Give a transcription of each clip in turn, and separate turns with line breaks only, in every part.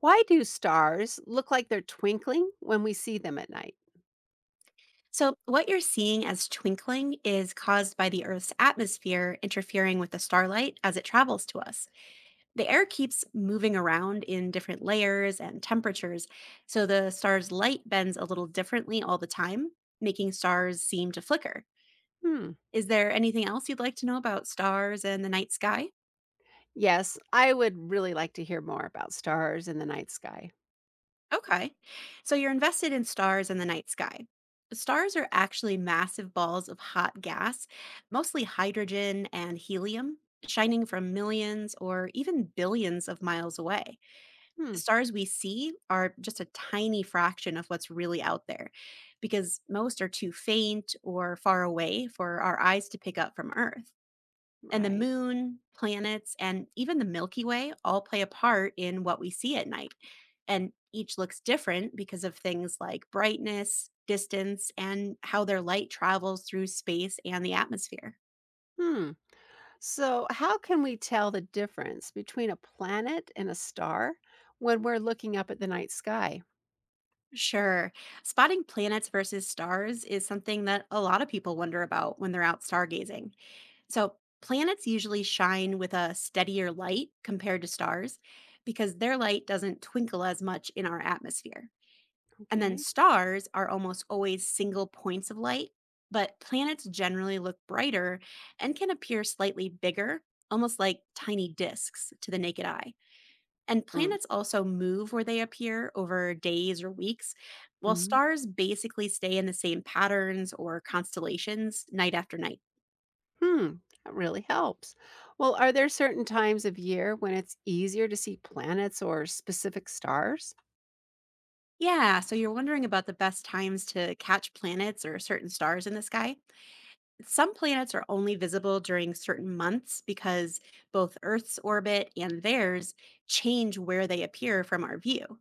Why do stars look like they're twinkling when we see them at night?
So, what you're seeing as twinkling is caused by the Earth's atmosphere interfering with the starlight as it travels to us. The air keeps moving around in different layers and temperatures, so the star's light bends a little differently all the time, making stars seem to flicker.
Hmm.
Is there anything else you'd like to know about stars and the night sky?
Yes, I would really like to hear more about stars in the night sky.
Okay. So you're invested in stars and the night sky. Stars are actually massive balls of hot gas, mostly hydrogen and helium, shining from millions or even billions of miles away.
Hmm.
The stars we see are just a tiny fraction of what's really out there because most are too faint or far away for our eyes to pick up from Earth. And the
Right.
moon, planets, and even the Milky Way all play a part in what we see at night. And each looks different because of things like brightness, distance, and how their light travels through space and the atmosphere.
Hmm. So, how can we tell the difference between a planet and a star when we're looking up at the night sky?
Sure. Spotting planets versus stars is something that a lot of people wonder about when they're out stargazing. So, planets usually shine with a steadier light compared to stars because their light doesn't twinkle as much in our atmosphere. And then
Okay.
stars are almost always single points of light, but planets generally look brighter and can appear slightly bigger, almost like tiny disks to the naked eye. And
Mm,
planets also move where they appear over days or weeks, while
mhm.
stars basically stay in the same patterns or constellations night after night.
Hmm. That really helps. Well, are there certain times of year when it's easier to see planets or specific stars?
Yeah, so you're wondering about the best times to catch planets or certain stars in the sky? Some planets are only visible during certain months because both Earth's orbit and theirs change where they appear from our view.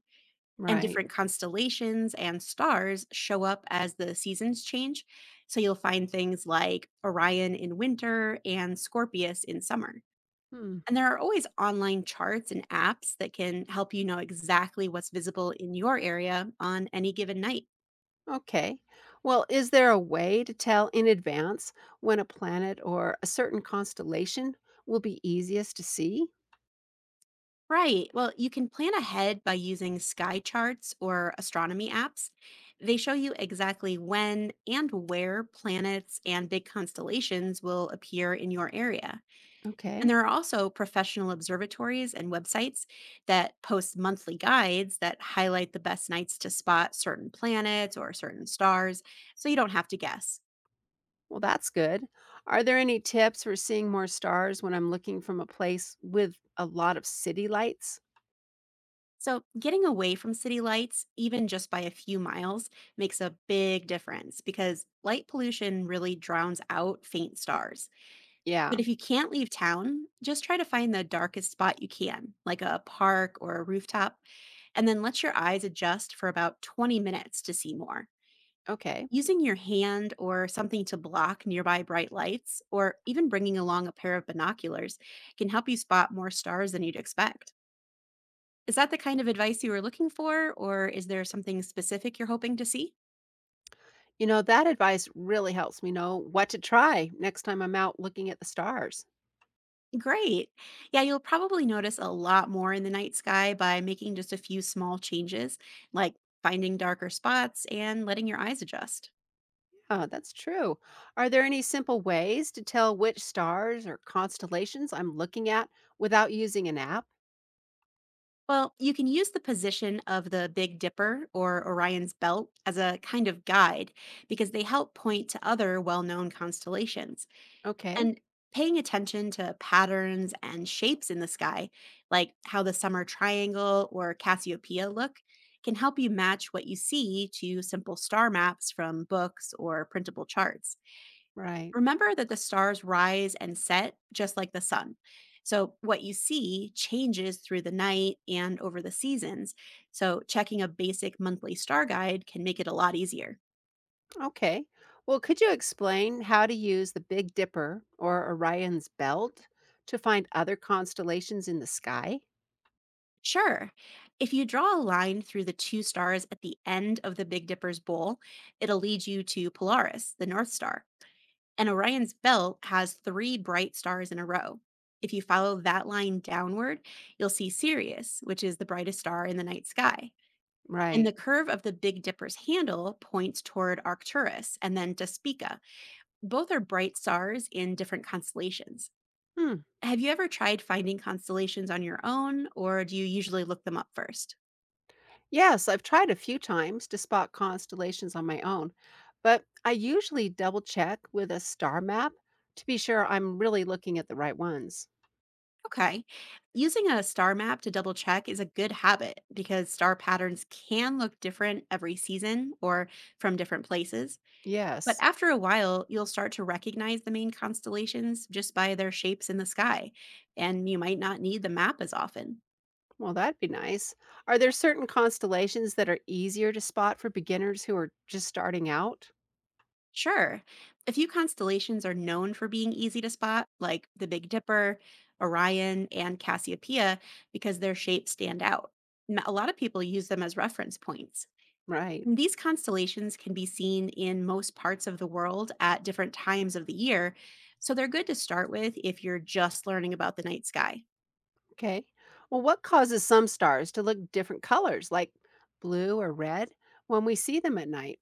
And
Right.
different constellations and stars show up as the seasons change. So you'll find things like Orion in winter and Scorpius in summer.
Hmm.
And there are always online charts and apps that can help you know exactly what's visible in your area on any given night.
Okay. Well, is there a way to tell in advance when a planet or a certain constellation will be easiest to see?
Right. Well, you can plan ahead by using sky charts or astronomy apps. They show you exactly when and where planets and big constellations will appear in your area. And
Okay.
there are also professional observatories and websites that post monthly guides that highlight the best nights to spot certain planets or certain stars, so you don't have to guess.
Well, that's good. Are there any tips for seeing more stars when I'm looking from a place with a lot of city lights?
So, getting away from city lights, even just by a few miles, makes a big difference because light pollution really drowns out faint stars. But
Yeah.
if you can't leave town, just try to find the darkest spot you can, like a park or a rooftop, and then let your eyes adjust for about 20 minutes to see more.
Okay.
Using your hand or something to block nearby bright lights, or even bringing along a pair of binoculars, can help you spot more stars than you'd expect. Is that the kind of advice you were looking for, or is there something specific you're hoping to see?
You know, that advice really helps me know what to try next time I'm out looking at the stars.
Great. Yeah, you'll probably notice a lot more in the night sky by making just a few small changes, like finding darker spots and letting your eyes adjust.
Oh, that's true. Are there any simple ways to tell which stars or constellations I'm looking at without using an app?
Well, you can use the position of the Big Dipper or Orion's Belt as a kind of guide because they help point to other well known constellations.
Okay,
And paying attention to patterns and shapes in the sky, like how the summer triangle or Cassiopeia look, can help you match what you see to simple star maps from books or printable charts.
right.
Remember that the stars rise and set just like the sun. So, what you see changes through the night and over the seasons. So, checking a basic monthly star guide can make it a lot easier.
Okay. Well, could you explain how to use the Big Dipper or Orion's belt to find other constellations in the sky?
Sure. If you draw a line through the two stars at the end of the Big Dipper's bowl, it'll lead you to Polaris, the North Star. And Orion's belt has three bright stars in a row. If you follow that line downward, you'll see Sirius, which is the brightest star in the night sky. And
Right.
the curve of the Big Dipper's handle points toward Arcturus and then Despica. Both are bright stars in different constellations.
Hmm.
Have you ever tried finding constellations on your own, or do you usually look them up first?
Yes, I've tried a few times to spot constellations on my own, but I usually double check with a star map to be sure I'm really looking at the right ones.
Okay. Using a star map to double check is a good habit because star patterns can look different every season or from different places. But
Yes.
after a while, you'll start to recognize the main constellations just by their shapes in the sky, and you might not need the map as often.
Well, that'd be nice. Are there certain constellations that are easier to spot for beginners who are just starting out?
Sure, a few constellations are known for being easy to spot, like the Big Dipper, Orion, and Cassiopeia, because their shapes stand out. A lot of people use them as reference points.
Right.
These constellations can be seen in most parts of the world at different times of the year, so they're good to start with if you're just learning about the night sky.
Okay. Well, what causes some stars to look different colors, like blue or red, when we see them at night?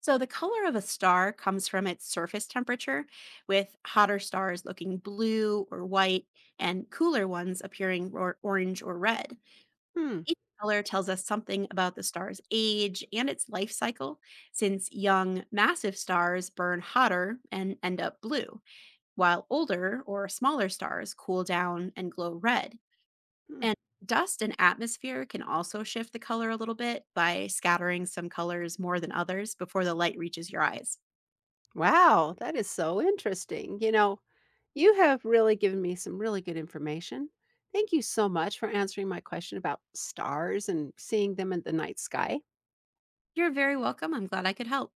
So, the color of a star comes from its surface temperature, with hotter stars looking blue or white and cooler ones appearing orange or red.
Hmm.
Each color tells us something about the star's age and its life cycle, since young, massive stars burn hotter and end up blue. While older or smaller stars cool down and glow red.
Hmm.
And dust and atmosphere can also shift the color a little bit by scattering some colors more than others before the light reaches your eyes.
Wow, that is so interesting. You know, you have really given me some really good information. Thank you so much for answering my question about stars and seeing them in the night sky.
You're very welcome. I'm glad I could help.